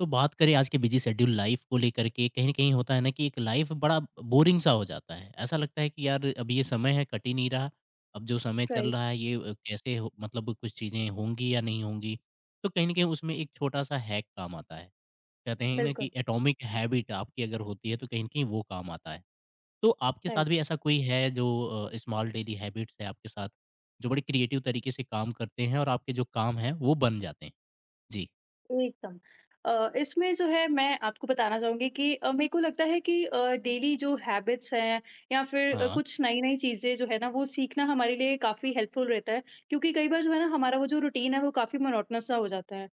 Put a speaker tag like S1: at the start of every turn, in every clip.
S1: तो बात करें आज के बिजी शेड्यूल लाइफ को लेकर के। कहीं न कहीं होता है ना कि एक लाइफ बड़ा बोरिंग सा हो जाता है। ऐसा लगता है कि यार अब ये समय है कट ही नहीं रहा। अब जो समय चल
S2: राइट,
S1: रहा है ये कैसे हो, मतलब कुछ चीज़ें होंगी या नहीं होंगी। तो कहीं न कहीं उसमें एक छोटा-सा हैक काम आता है। कहते हैं ना
S2: बिल्कुल,
S1: कि एटॉमिक हैबिट आपकी अगर होती है तो कहीं न कहीं वो काम आता है। तो आपके साथ
S2: राइट।
S1: भी ऐसा कोई है जो स्मॉल डेली हैबिट्स है आपके साथ, जो बड़े क्रिएटिव तरीके से काम करते हैं और आपके जो काम हैं वो बन जाते हैं? जी।
S2: एकदम। इसमें जो है मैं आपको बताना चाहूँगी कि मेरे को लगता है कि डेली जो हैबिट्स हैं या फिर
S1: हाँ।
S2: कुछ नई-नई चीज़ें जो है ना वो सीखना हमारे लिए काफ़ी हेल्पफुल रहता है। क्योंकि कई बार जो है ना हमारा वो जो रूटीन है वो काफ़ी मोनोटोनस सा हो जाता है,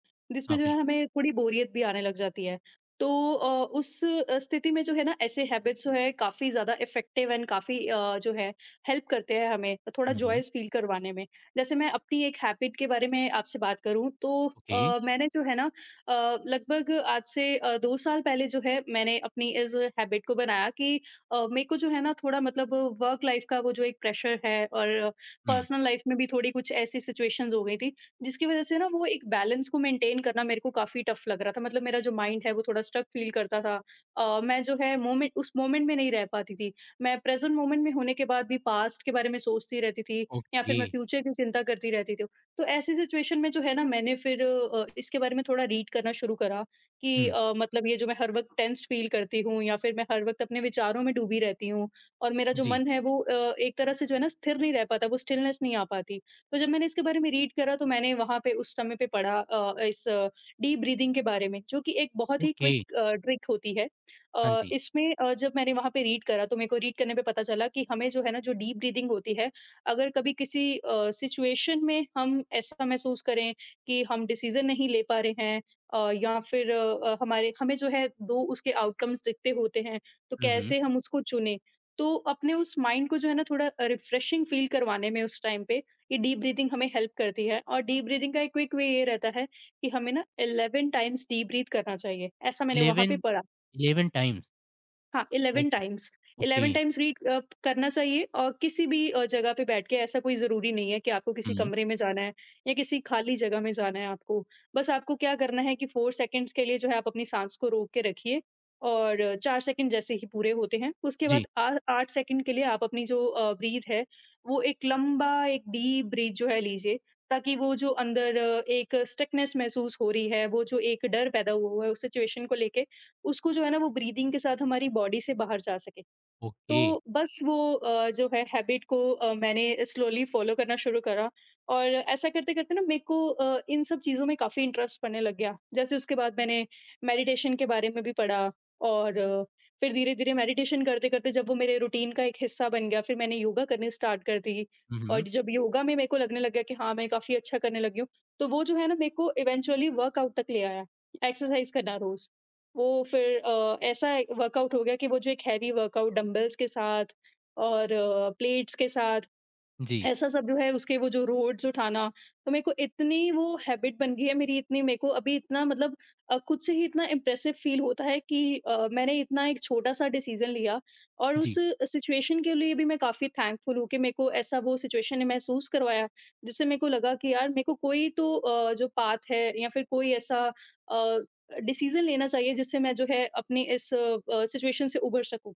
S1: हाँ,
S2: जिसमें जो है
S1: बिल्कुल।
S2: हमें थोड़ी बोरियत भी आने लग जाती है। तो उस स्थिति में जो है ना ऐसे हैबिट्स जो है काफ़ी ज़्यादा इफ़ेक्टिव एंड काफ़ी जो है हेल्प करते हैं हमें थोड़ा
S1: हुँ, हुँ।
S2: जॉयस फील करवाने में। जैसे मैं अपनी एक हैबिट के बारे में आपसे बात करूँ तो
S1: ओके।
S2: मैंने जो है ना लगभग आज से 2 साल पहले जो है मैंने अपनी इस हैबिट को बनाया कि मेरे को जो है ना थोड़ा मतलब वर्क लाइफ का वो जो एक प्रेशर है और
S1: हुँ,
S2: पर्सनल लाइफ में भी थोड़ी कुछ ऐसी सिचुएशंस हो गई थी जिसकी वजह से ना वो एक बैलेंस को मेंटेन करना मेरे को काफ़ी टफ लग रहा था। मतलब मेरा जो माइंड है वो थोड़ा स्ट्रक फील करता था। मैं जो है मोमेंट उस मोमेंट में नहीं रह पाती थी। मैं प्रेज़ेंट मोमेंट में होने के बाद भी पास्ट के बारे में सोचती रहती थी या फिर
S1: ओके।
S2: मैं फ्यूचर की चिंता करती रहती थी। तो ऐसी सिचुएशन में जो है ना मैंने फिर इसके बारे में थोड़ा रीड करना शुरू करा कि
S1: हुँ,
S2: मतलब ये जो मैं हर वक़्त टेंस्ड फ़ील करती हूँ या फिर मैं हर वक़्त अपने विचारों में डूबी रहती हूँ और मेरा जो
S1: जी,
S2: मन है वो एक तरह से जो है ना स्थिर नहीं रह पाता, वो स्टिलनेस नहीं आ पाती। तो जब मैंने इसके बारे में रीड करा तो मैंने वहाँ पे उस समय पे पढ़ा इस डीप ब्रीथिंग के बारे में जो कि एक बहुत ही
S1: ओके,
S2: क्विक ट्रिक होती है।
S1: हाँ जी।
S2: इसमें जब मैंने वहाँ पे रीड करा तो मेरे को रीड करने पे पता चला कि हमें जो है ना जो डीप ब्रीथिंग होती है अगर कभी किसी सिचुएशन में हम ऐसा महसूस करें कि हम डिसीजन नहीं ले पा रहे हैं, या फिर हमारे हमें जो है दो उसके आउटकम्स दिखते होते हैं तो
S1: हुँ, हुँ।
S2: कैसे हम उसको चुने। तो अपने उस माइंड को जो है ना थोड़ा रिफ्रेशिंग फील करवाने में उस टाइम पे ये डीप ब्रीदिंग हमें हेल्प करती है, और डीप ब्रीदिंग का एक क्विक वे ये रहता है कि हमें ना 11 टाइम्स डीप ब्रीथ करना चाहिए, ऐसा मैंने वहां
S1: 11?
S2: पे पढ़ा।
S1: 11 टाइम्स।
S2: हाँ, 11
S1: okay,
S2: times.
S1: Okay.
S2: 11 times read करना चाहिए, और किसी भी जगह पे बैठ के। ऐसा कोई ज़रूरी नहीं है कि आपको किसी
S1: हुँ,
S2: कमरे में जाना है या किसी खाली जगह में जाना है आपको। बस आपको क्या करना है कि 4 सेकंड्स के लिए जो है आप अपनी साँस को रोक के रखिए, और 4 सेकंड जैसे ही पूरे होते हैं, उसके
S1: जी,
S2: बाद आ 8 सेकंड के लिए आप अपनी जो ब्रीथ है, वो एक लंबा, एक डीप ब्रीथ जो है लीजिए, ताकि वो जो अंदर एक स्टिकनेस महसूस हो रही है, वो जो एक डर पैदा हुआ हुआ है उस सिचुएशन को लेके, उसको जो है ना वो ब्रीदिंग के साथ हमारी बॉडी से बाहर जा सके। तो
S1: ओके।
S2: बस वो जो है हैबिट को मैंने स्लोली फ़ॉलो करना शुरू करा, और ऐसा करते-करते ना मेरे को इन सब चीज़ों में काफ़ी इंटरेस्ट पड़ने लग गया। जैसे उसके बाद मैंने मेडिटेशन के बारे में भी पढ़ा, और फिर धीरे-धीरे मेडिटेशन करते-करते जब वो मेरे रूटीन का एक हिस्सा बन गया, फिर मैंने योगा करनी स्टार्ट कर दी।
S1: हुँ,
S2: और
S1: हुँ,
S2: जब योगा में मेरे को लगने लग गया कि हाँ, मैं काफ़ी अच्छा करने लगी हूँ, तो वो जो है ना मेरे को इवेंचुअली वर्कआउट तक ले आया, एक्सरसाइज़ करना रोज़। वो फिर ऐसा वर्कआउट हो गया कि वो जो एक हैवी वर्कआउट डंबल्स के साथ और प्लेट्स के साथ,
S1: जी,
S2: ऐसा सब जो है, उसके वो जो रोड्स उठाना। तो मेरे को इतनी वो हैबिट बन गई है मेरी, इतनी मेरे को अभी इतना मतलब खुद से ही इतना इम्प्रेसिव फ़ील होता है कि मैंने इतना एक छोटा-सा डिसीज़न लिया, और उस
S1: जी।
S2: सिचुएशन के लिए भी मैं काफ़ी थैंकफुल हूँ कि मेरे को ऐसा वो सिचुएशन ने महसूस करवाया, जिससे मेरे को लगा कि यार मेरे को कोई तो जो पाथ है या फिर कोई ऐसा डिसीज़न लेना चाहिए जिससे मैं जो है अपनी इस सिचुएशन से उभर सकूँ।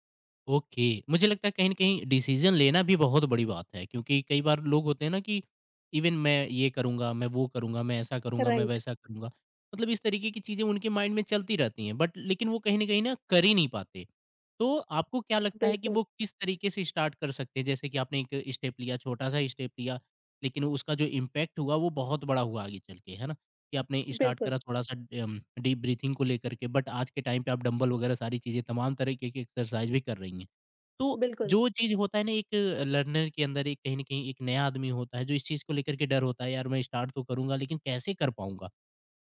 S1: ओके। मुझे लगता है कहीं न कहीं डिसीज़न लेना भी बहुत बड़ी बात है, क्योंकि कई बार लोग होते हैं ना कि इवन मैं ये करूँगा, मैं वो करूँगा, मैं ऐसा करूँगा, मैं
S2: राइट,
S1: वैसा करूँगा। मतलब इस तरीके की चीज़ें उनके माइंड में चलती रहती हैं, बट लेकिन वो कहीं न कहीं ना कर ही नहीं पाते। तो आपको क्या लगता है कि
S2: बिल्कुल,
S1: वो किस तरीके से स्टार्ट कर सकते हैं? जैसे कि आपने एक स्टेप लिया, छोटा-सा स्टेप लिया, लेकिन उसका जो इम्पैक्ट हुआ वो बहुत बड़ा हुआ आगे चल के, है ना? कि आपने स्टार्ट
S2: बिल्कुल,
S1: करा थोड़ा-सा डीप ब्रीथिंग को लेकर के, बट आज के टाइम पे आप डंबल वगैरह सारी चीज़ें, तमाम तरीके की एक्सरसाइज़ भी कर रही हैं। तो
S2: बिल्कुल।
S1: जो चीज़ होता है ना, एक लर्नर के अंदर, एक कहीं न कहीं एक नया आदमी होता है, जो इस चीज़ को लेकर के डर होता है, यार मैं स्टार्ट तो करूँगा लेकिन कैसे कर पाऊँगा?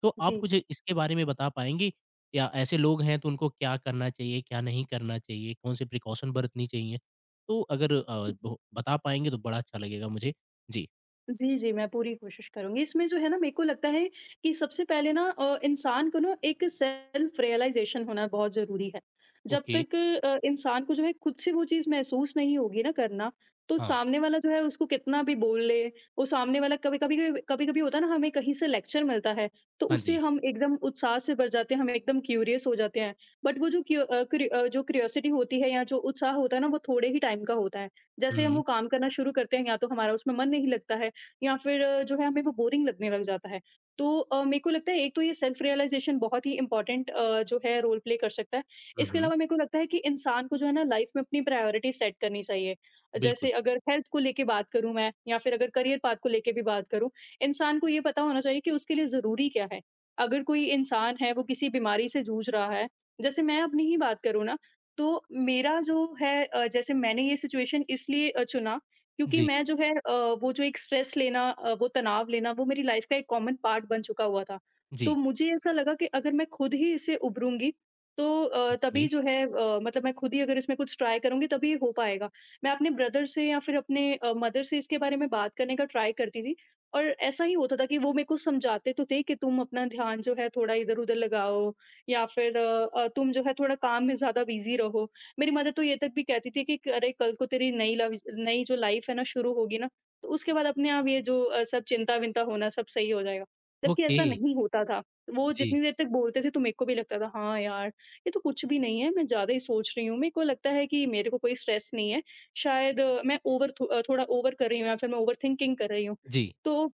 S1: तो आप
S2: जी।
S1: कुछ इसके बारे में बता पाएँगी? या ऐसे लोग हैं तो उनको क्या करना चाहिए, क्या नहीं करना चाहिए, कौन सी प्रिकॉशन बरतनी चाहिए? तो अगर अ, ब बता पाएँगे तो बड़ा अच्छा लगेगा मुझे। जी,
S2: जी, जी, मैं पूरी कोशिश करूँगी। इसमें जो है ना मेरे को लगता है कि सबसे पहले ना इंसान को ना एक सेल्फ रियलाइज़ेशन होना बहुत ज़रूरी है। जब
S1: ओके,
S2: तक इंसान को जो है खुद से वो चीज़ महसूस नहीं होगी ना करना, तो
S1: हाँ,
S2: सामने वाला जो है उसको कितना भी बोल ले, वो सामने वाला कभी-कभी होता है ना हमें कहीं से लेक्चर मिलता है, तो
S1: हाँ
S2: उससे
S1: जी।
S2: हम एकदम उत्साह से भर जाते हैं, हम एकदम क्यूरियस हो जाते हैं। बट वो जो क्यू अ, क्रि अ, जो क्यूरियोसिटी होती है या जो उत्साह होता है ना, वो थोड़े ही टाइम का होता है।
S1: हुँ,
S2: जैसे हम
S1: हुँ,
S2: वो काम करना शुरू करते हैं, या तो हमारा उसमें मन नहीं लगता है या फिर जो है हमें वो बोरिंग लगने लग जाता है। तो मेरे को लगता है एक तो ये सेल्फ रियलाइज़ेशन बहुत ही इम्पोर्टेंट जो है रोल प्ले कर सकता है।
S1: हुँ,
S2: इसके
S1: हुँ,
S2: अलावा मेरे को लगता है कि इंसान को जो है ना लाइफ़ में अपनी प्रायोरिटी सेट करनी चाहिए।
S1: बिल्कुल।
S2: जैसे अगर हेल्थ को लेके बात करूँ मैं, या फिर अगर करियर पाथ को लेके भी बात करूँ, इंसान को ये पता होना चाहिए कि उसके लिए ज़रूरी क्या है। अगर कोई इंसान है वो किसी बीमारी से जूझ रहा है, जैसे मैं अपनी ही बात करूँ ना, तो मेरा जो है जैसे मैंने ये सिचुएशन इसलिए चुना क्योंकि
S1: जी,
S2: मैं जो है वो जो एक स्ट्रेस लेना वो तनाव लेना, वो मेरी लाइफ का एक कॉमन पार्ट बन चुका हुआ था। तो
S1: जी,
S2: मुझे ऐसा लगा कि अगर मैं खुद ही इससे उभरूँगी तो
S1: ओके,
S2: तभी जो है, मतलब मैं खुद ही अगर इसमें कुछ ट्राई करूँगी तभी ये हो पाएगा। मैं अपने ब्रदर से या फिर अपने मदर से इसके बारे में बात करने का ट्राई करती थी, और ऐसा ही होता था कि वो मेरे को समझाते तो थे कि तुम अपना ध्यान जो है थोड़ा इधर-उधर लगाओ, या फिर तुम जो है थोड़ा काम में ज़्यादा बिज़ी रहो। मेरी मदर तो ये तक भी कहती थी कि क अरे, कल को तेरी नई जो लाइफ़ है ना शुरू होगी ना, तो उसके बाद अपने आप ये जो सब चिंता-विंता होना सब सही हो जाएगा। जबकि
S1: ओके,
S2: ऐसा नहीं होता था। वो
S1: जी,
S2: जितनी देर तक बोलते थे तो मेरे को भी लगता था, हाँ यार, ये तो कुछ भी नहीं है, मैं ज़्यादा ही सोच रही हूँ। मेरे को लगता है कि मेरे को कोई स्ट्रेस नहीं है। शायद अ, मैं ओवर थो अ, थोड़ा ओवर कर रही हूँ, या फिर मैं ओवर थिंकिंग कर रही हूँ।
S1: जी,
S2: तो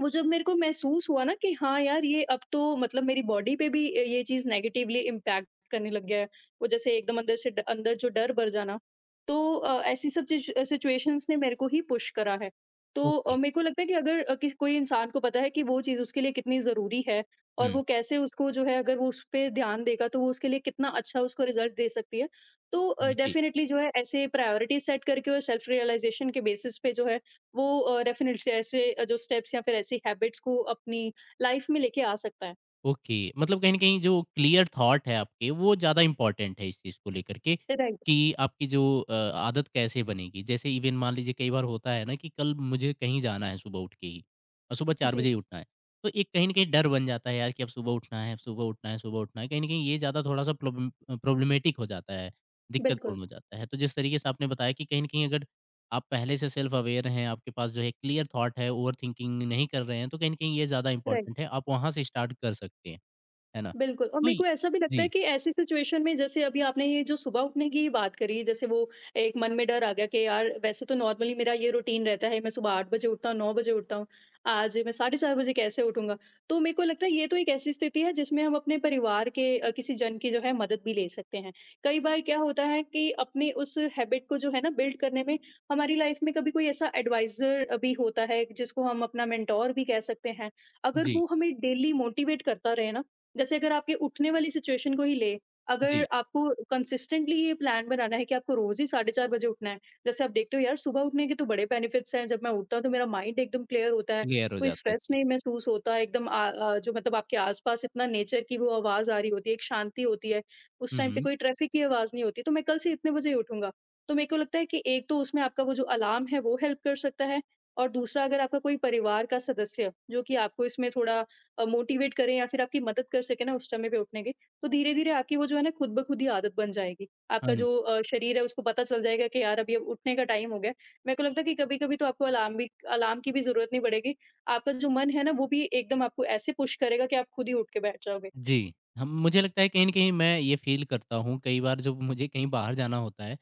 S2: वो जब मेरे को महसूस हुआ ना कि हाँ यार ये अब तो मतलब मेरी बॉडी पे भी ये चीज़ नेगेटिवली इम्पैक्ट करने लग गया है, वो जैसे एकदम अंदर से ड अंदर जो डर भर जाना, तो ऐसी सब सिचुएशंस ने मेरे को ही पुश करा है। तो
S1: ओके,
S2: मेरे को लगता है कि अगर किस कोई इंसान को पता है कि वो चीज़ उसके लिए कितनी ज़रूरी है, और
S1: हुँ,
S2: वो कैसे उसको जो है, अगर वो उस पे ध्यान देगा तो वो उसके लिए कितना अच्छा उसको रिज़ल्ट दे सकती है, तो
S1: जी,
S2: डेफ़िनेटली जो है ऐसे प्रायोरिटी सेट करके और सेल्फ रियलाइज़ेशन के बेसिस पे जो है वो डेफ़िनिटली ऐसे जो स्टेप्स या फिर ऐसी हैबिट्स को अपनी लाइफ़ में लेके आ सकता है।
S1: ओके। मतलब कहीं न कहीं जो क्लियर थॉट है आपके, वो ज़्यादा इम्पोर्टेंट है इस चीज़ को लेकर के
S2: राइट।
S1: कि आपकी जो आदत कैसे बनेगी। जैसे इवन मान लीजिए, कई बार होता है ना कि कल मुझे कहीं जाना है सुबह उठ के ही, और सुबह 4 बजे
S2: जी,
S1: ही उठना है। तो एक कहीं न कहीं डर बन जाता है यार, कि अब सुबह उठना है, अब सुबह उठना है, सुबह उठना है। कहीं न कहीं ये ज़्यादा थोड़ा-सा प्रॉब्लमैटिक हो जाता है, दिक्कतपूर्ण
S2: बिल्कुल,
S1: हो जाता है। तो जिस तरीके से आपने बताया, कि कहीं न कहीं अगर आप पहले से सेल्फ अवेयर हैं, आपके पास जो है क्लियर थॉट है, ओवरथिंकिंग नहीं कर रहे हैं, तो कहीं न कहीं ये ज़्यादा
S2: राइट।
S1: इम्पोर्टेंट है। आप वहाँ से स्टार्ट कर सकते हैं, है ना?
S2: बिल्कुल, और
S1: तो
S2: मेरे
S1: य
S2: को ऐसा भी लगता
S1: जी,
S2: है कि ऐसी सिचुएशन में, जैसे अभी आपने ये जो सुबह उठने की बात करी, जैसे वो एक मन में डर आ गया कि यार वैसे तो नॉर्मली मेरा ये रूटीन रहता है, मैं सुबह 8 बजे उठता हूँ, 9 बजे उठता हूँ, आज मैं 4:30 बजे कैसे उठूंगा। तो मेरे को लगता है ये तो एक ऐसी स्थिति है जिसमें हम अपने परिवार के किसी जन की जो है मदद भी ले सकते हैं। कई बार क्या होता है कि अपने उस हैबिट को जो है ना बिल्ड करने में हमारी लाइफ में कभी कोई ऐसा एडवाइजर भी होता है, जिसको हम अपना मेंटोर भी कह सकते हैं, अगर
S1: जी,
S2: वो हमें डेली मोटिवेट करता रहे ना। जैसे अगर आपके उठने वाली सिचुएशन को ही ले, अगर
S1: जी,
S2: आपको कंसिस्टेंटली ये प्लान बनाना है कि आपको रोज़ ही 4:30 बजे उठना है। जैसे आप देखते हो यार, सुबह उठने के तो बड़े बेनिफिट्स हैं। जब मैं उठता हूँ तो मेरा माइंड एकदम क्लियर होता है,
S1: क्लियर हो
S2: कोई
S1: जाता है।
S2: स्ट्रेस
S1: जी।
S2: नहीं महसूस होता, एकदम जो मतलब आपके आस-पास इतना नेचर की वो आवाज़ आ रही होती है, एक शांति होती है। उस
S1: हुँ,
S2: टाइम पे
S1: हुँ।
S2: कोई ट्रैफिक की आवाज़ नहीं होती, तो मैं कल से इतने बजे ही उठूँगा। तो मेरे को लगता है कि एक तो उसमें आपका वो जो अलार्म है वो हेल्प कर सकता है, और दूसरा अगर आपका कोई परिवार का सदस्य, जो कि आपको इसमें थोड़ा मोटिवेट करें या फिर आपकी मदद कर सके ना उस समय पे उठने की, तो धीरे धीरे आपकी वो जो है ना खुद ब खुद ही आदत बन जाएगी।
S1: हाँ
S2: आपका
S1: जी।
S2: जो शरीर है उसको पता चल जाएगा कि यार अभी अब उठने का टाइम हो गया है। मेरे को लगता है कि कभी कभी तो आपको अलार्म की भी जरूरत नहीं पड़ेगी। आपका जो मन है ना वो भी एकदम आपको ऐसे पुश करेगा कि आप खुद ही उठ के बैठ जाओगे।
S1: जी। हम, मुझे लगता है कहीं न कहीं मैं ये फ़ील करता हूँ, कई बार जब मुझे कहीं बाहर जाना होता है,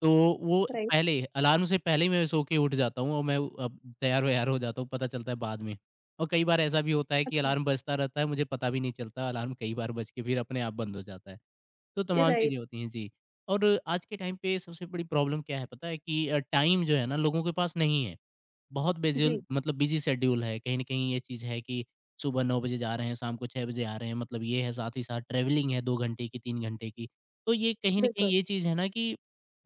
S1: तो वो
S2: राइट।
S1: पहले अलार्म से पहले ही मैं सो के उठ जाता हूँ, और मैं अब तैयार-वैयार हो जाता हूँ, पता चलता है बाद में। और कई बार ऐसा भी होता है कि
S2: अच्छा।
S1: अलार्म बजता रहता है, मुझे पता भी नहीं चलता, अलार्म कई बार बज के फिर अपने आप बंद हो जाता है। तो तमाम चीज़ें
S2: राइट।
S1: होती हैं। जी। और आज के टाइम पे सबसे बड़ी प्रॉब्लम क्या है पता है, कि टाइम जो है ना, लोगों के पास नहीं है। बहुत बेजुल
S2: जी,
S1: मतलब बिज़ी शेड्यूल है। कहीं न कहीं ये चीज़ है कि सुबह 9 बजे जा रहे हैं, शाम को 6 बजे आ रहे हैं। मतलब ये है, साथ ही साथ ट्रैवलिंग है 2 घंटे की, 3 घंटे की। तो ये कहीं न कहीं
S2: बिल्कुल।
S1: ये चीज़ है ना कि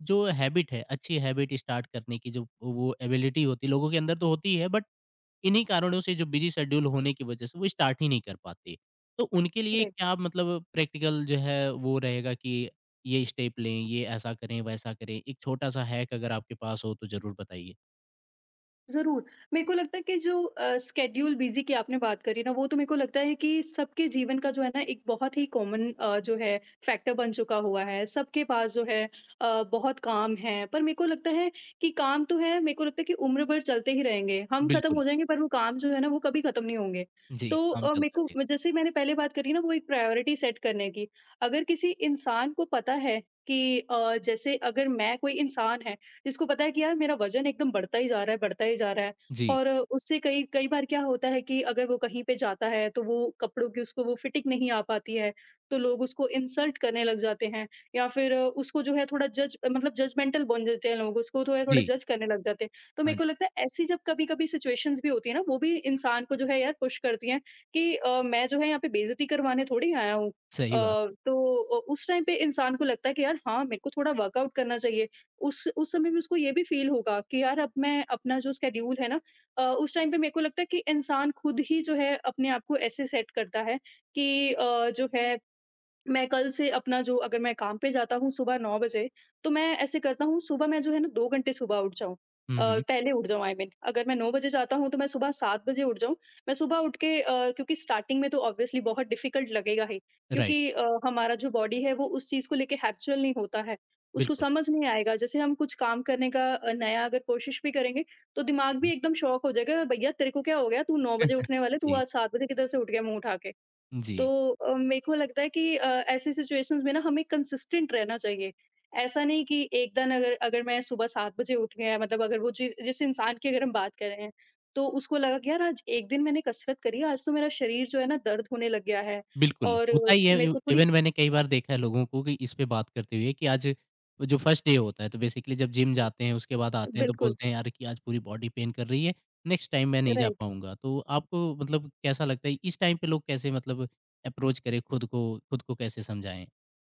S1: जो हैबिट है, अच्छी हैबिट स्टार्ट करने की जो वो एबिलिटी होती है लोगों के अंदर तो होती ही है, बट इन्हीं कारणों से, जो बिज़ी शेड्यूल होने की वजह से वो स्टार्ट ही नहीं कर पाते। तो उनके लिए
S2: राइट।
S1: क्या, मतलब प्रैक्टिकल जो है वो रहेगा कि ये स्टेप लें, ये ऐसा करें, वैसा करें? एक छोटा-सा हैक अगर आपके पास हो तो ज़रूर बताइए।
S2: ज़रूर। मेरे को लगता है कि जो स्केड्यूल बिज़ी की आपने बात करी ना, वो तो मेरे को लगता है कि सबके जीवन का जो है ना एक बहुत ही कॉमन जो है फैक्टर बन चुका हुआ है। सबके पास जो है बहुत काम है, पर मेरे को लगता है कि काम तो है। मेरे को लगता है कि उम्र भर चलते ही रहेंगे। हम खत्म
S1: बिल्कुल।
S2: हो जाएँगे पर वो काम जो है ना वो कभी खत्म नहीं होंगे।
S1: जी,
S2: तो
S1: काम
S2: मेरे
S1: चलता
S2: को
S1: रहे।
S2: जैसे मैंने पहले बात करी ना वो एक प्रायोरिटी सेट करने की। अगर किसी इंसान को पता है कि जैसे अगर मैं कोई इंसान है जिसको पता है कि यार मेरा वज़न एकदम बढ़ता ही जा रहा है, बढ़ता ही जा रहा है,
S1: जी,
S2: और उससे कई कई बार क्या होता है कि अगर वो कहीं पे जाता है तो वो कपड़ों की उसको वो फिटिंग नहीं आ पाती है, तो लोग उसको इंसल्ट करने लग जाते हैं, या फिर उसको जो है थोड़ा जज मतलब जजमेंटल बन जाते हैं लोग, उसको थोड़ा थोड़ा
S1: जी।
S2: जज करने लग जाते हैं। तो मेरे
S1: हाँ,
S2: को लगता है ऐसी जब कभी-कभी सिचुएशंस भी होती है ना, वो भी इंसान को जो है यार पुश करती हैं कि मैं जो है यहाँ पे बेइज़्ज़ती करवाने थोड़ी आया हूँ।
S1: सही बात।
S2: तो उस टाइम पे इंसान को लगता है कि यार हाँ, मेरे को थोड़ा वर्कआउट करना चाहिए। उस समय भी उसको ये भी फ़ील होगा कि यार अब मैं अपना जो स्केड्यूल है ना, उस टाइम पे मेरे को लगता है कि इंसान खुद ही जो है अपने आप को ऐसे सेट करता है कि जो है मैं कल से अपना जो अगर मैं काम पे जाता हूँ सुबह 9 बजे, तो मैं ऐसे करता हूँ सुबह मैं जो है ना 2 घंटे सुबह उठ जाऊँ।
S1: हुँ,
S2: अ,
S1: हुँ।
S2: पहले उठ जाऊँ आई मीन अगर मैं 9 बजे जाता हूँ तो मैं सुबह 7 बजे उठ जाऊँ। मैं सुबह उठ के क्योंकि स्टार्टिंग में तो ऑब्वियसली बहुत डिफ़िकल्ट लगेगा ही,
S1: राइट,
S2: क्योंकि हमारा जो बॉडी है वो उस चीज़ को लेके हैबिचुअल नहीं होता है। उसको
S1: बिल्कुल।
S2: समझ नहीं आएगा, जैसे हम कुछ काम करने का नया अगर कोशिश भी करेंगे, तो दिमाग भी एकदम शॉक हो जाएगा, भैया तेरे को क्या हो गया? तू 9 बजे
S1: हुँ।
S2: उठने वाला है, तू
S1: जी,
S2: आज 7 बजे किधर से उठ गया मुँह उठा के?
S1: जी।
S2: तो मेरे को लगता है कि ऐसी सिचुएशंस में ना हमें कंसिस्टेंट रहना चाहिए। ऐसा नहीं कि एक दिन अगर अगर मैं सुबह 7 बजे उठ गया, मतलब अगर वो चीज़ जिस इंसान की अगर हम बात कर रहे हैं, तो उसको लगा कि यार आज एक दिन मैंने कसरत करी है, आज तो मेरा शरीर जो है ना दर्द होने लग गया है,
S1: बिल्कुल,
S2: और
S1: होता ही है।
S2: मेरे
S1: इव
S2: को थोड़ी
S1: इवन मैंने कई बार देखा है लोगों को, कि इस पे बात करते हुए कि आज जो फर्स्ट डे होता है, तो बेसिकली जब जिम जाते हैं, उसके बाद आते हैं, तो
S2: बिल्कुल,
S1: बोलते हैं यार कि आज पूरी बॉडी पेन कर रही है, नेक्स्ट टाइम मैं नहीं जा
S2: राइट।
S1: पाऊँगा। तो आपको मतलब कैसा लगता है इस टाइम पे, लोग कैसे मतलब अप्रोच करें खुद को कैसे समझाएँ?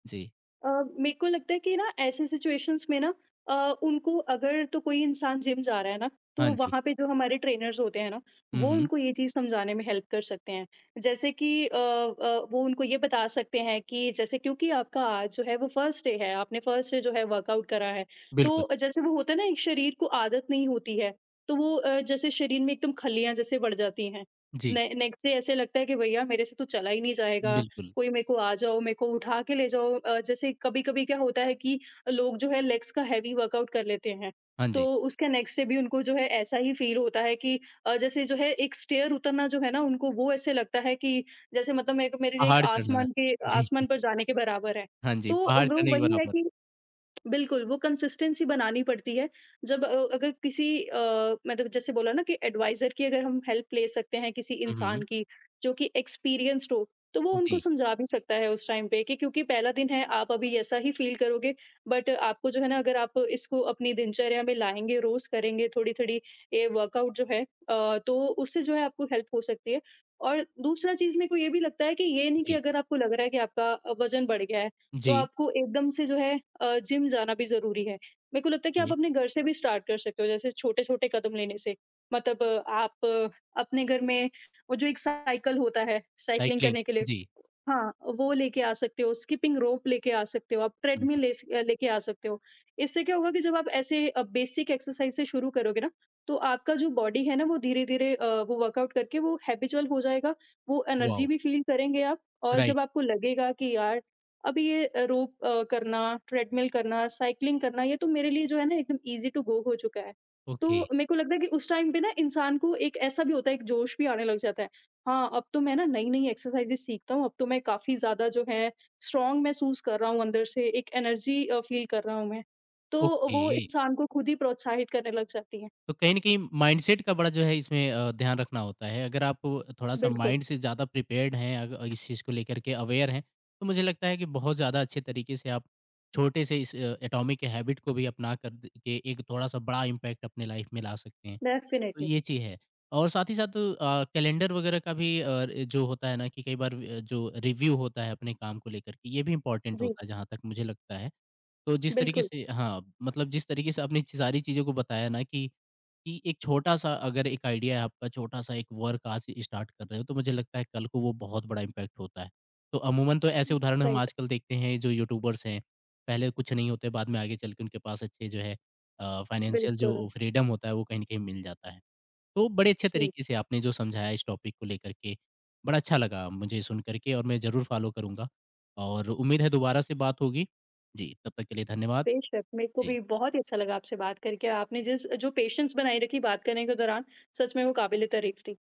S1: जी,
S2: अ, मेरे को लगता है कि ना ऐसे सिचुएशंस में ना अ, उनको अगर तो कोई इंसान जिम जा रहा है ना,
S1: हाँ
S2: तो
S1: जी।
S2: वहाँ पे जो हमारे ट्रेनर्स होते हैं ना
S1: हुँ,
S2: वो
S1: हुँ,
S2: उनको ये चीज़ समझाने में हेल्प कर सकते हैं। जैसे कि वो उनको ये बता सकते हैं कि जैसे, क्योंकि आपका आज जो है वो फर्स्ट डे है, आपने फर्स्ट डे जो है वर्कआउट करा है, तो
S1: बिल्कुल,
S2: जैसे वो होता है ना, एक शरीर को आदत नहीं होती है, तो वो जैसे शरीर में एकदम खलियां जैसे बढ़ जाती हैं।
S1: जी,
S2: नेक्स्ट डे ऐसे लगता है कि भैया मेरे से तो चला ही नहीं जाएगा,
S1: बिल्कुल,
S2: कोई मेरे को आ जाओ, मेरे को उठा के ले जाओ। जैसे कभी-कभी क्या होता है कि लोग जो है लेग्स का हेवी वर्कआउट कर लेते हैं,
S1: हाँ जी,
S2: तो उसके नेक्स्ट डे भी उनको जो है ऐसा ही फ़ील होता है कि जैसे जो है एक स्टेयर उतरना जो है ना उनको वो ऐसे लगता है कि जैसे मतलब मेरे को, मेरे लिए एक
S1: पहाड़ चढ़ना।
S2: आसमान के
S1: जी,
S2: आसमान पर जाने के बराबर है।
S1: हाँ जी,
S2: तो
S1: पहाड़
S2: वो
S1: चढ़ने के
S2: वही है
S1: बराबर।
S2: कि बिल्कुल, वो कंसिस्टेंसी बनानी पड़ती है। जब अगर किसी मतलब जैसे बोला ना कि एडवाइज़र की अगर हम हेल्प ले सकते हैं किसी
S1: हुँ,
S2: इंसान
S1: हुँ,
S2: की, जो कि एक्सपीरियंस्ड हो, तो वो उनको
S1: जी,
S2: समझा भी सकता है उस टाइम पे कि क्योंकि पहला दिन है, आप अभी ऐसा ही फ़ील करोगे, बट आपको जो है ना अगर आप इसको अपनी दिनचर्या में लाएँगे, रोज़ करेंगे थोड़ी-थोड़ी ये वर्कआउट जो है तो उससे जो है आपको हेल्प हो सकती है। और दूसरा चीज़ मेरे को ये भी लगता है कि ये नहीं कि
S1: जी,
S2: अगर आपको लग रहा है कि आपका वज़न बढ़ गया है तो
S1: जी,
S2: आपको एकदम से जो है जिम जाना भी ज़रूरी है। मेरे को लगता है कि आप
S1: जी,
S2: अपने घर से भी स्टार्ट कर सकते हो, जैसे छोटे-छोटे कदम लेने से। मतलब आप अपने घर में वो जो एक साइकिल होता है, साइक्लिंग
S1: साइक्लिंग,
S2: करने के लिए,
S1: जी,
S2: हाँ, वो लेके आ सकते हो, स्किपिंग रोप लेके आ सकते हो, आप
S1: हुँ,
S2: ट्रेडमिल
S1: हुँ,
S2: ले स लेके आ सकते हो। इससे क्या होगा कि जब आप ऐसे बेसिक एक्सरसाइज़ से शुरू करोगे ना, तो आपका जो बॉडी है ना, वो धीरे-धीरे वो वर्कआउट करके वो हैबिचुअल हो जाएगा, वो एनर्जी
S1: वॉव!
S2: भी फ़ील करेंगे आप। और
S1: राइट,
S2: जब आपको लगेगा कि यार अब ये रोप करना, ट्रेडमिल करना, साइक्लिंग करना, ये तो मेरे लिए जो है ना एकदम ईज़ी टू गो हो चुका है।
S1: ओके,
S2: तो मेरे को लगता है कि उस टाइम पे ना इंसान को एक ऐसा भी होता है, एक जोश भी आने लग जाता है। हाँ, अब तो मैं ना नई-नई एक्सरसाइज़ेज़ सीखता हूँ, अब तो मैं काफ़ी ज़्यादा जो है स्ट्रॉन्ग महसूस कर रहा हूँ अंदर से, एक एनर्जी फ़ील कर रहा हूँ मैं। तो
S1: ओके।
S2: वो इंसान को खुद ही प्रोत्साहित करने लग जाती है।
S1: तो कहीं न कहीं माइंडसेट का बड़ा जो है इसमें ध्यान रखना होता है। अगर आप थोड़ा-सा
S2: बिल्कुल,
S1: माइंड से ज़्यादा प्रिपेयर्ड हैं, अग इस चीज़ को लेकर के अवेयर हैं, तो मुझे लगता है कि बहुत ज़्यादा अच्छे तरीके से आप छोटे से इस एटॉमिक हैबिट को भी अपना कर द के एक थोड़ा-सा बड़ा इम्पैक्ट अपने लाइफ़ में ला सकते हैं। तो
S2: डेफ़िनेटली।
S1: ये चीज़ है। और साथ ही साथ कैलेंडर वगैरह का भी जो होता है ना कि कई बार जो रिव्यू होता है अपने काम को लेकर के, ये भी इम्पोर्टेंट
S2: जी,
S1: होता है, जहाँ तक मुझे लगता है। तो जिस तरीके
S2: बिल्कुल।
S1: से, हाँ, मतलब जिस तरीके से आपने सारी चीज़ों को बताया ना, कि एक छोटा-सा अगर एक आइडिया है आपका, छोटा-सा एक वर्क आज स्टार्ट कर रहे हो, तो मुझे लगता है कल को वो बहुत बड़ा इम्पैक्ट होता है। तो अमूमन तो ऐसे उदाहरण हम
S2: राइट,
S1: आजकल देखते हैं, जो यूट्यूबर्स हैं, पहले कुछ नहीं होते, बाद में आगे चल के उनके पास अच्छे जो है फाइनेंशियल
S2: बिल्कुल।
S1: जो फ्रीडम होता है वो कहीं न कहीं मिल जाता है। तो बड़े अच्छे
S2: जी।
S1: तरीके से आपने जो समझाया इस टॉपिक को लेकर के, बड़ा अच्छा लगा मुझे सुन करके, और मैं ज़रूर फ़ॉलो करूँगा, और उम्मीद है दोबारा से बात होगी। जी, तब तक के लिए धन्यवाद।
S2: बेशक, मेरे को
S1: जी।
S2: भी बहुत ही अच्छा लगा आपसे बात करके। आपने जिस जो पेशेंस बनाए रखी बात करने के दौरान, सच में वो काबिल-ए-तारीफ़ थी।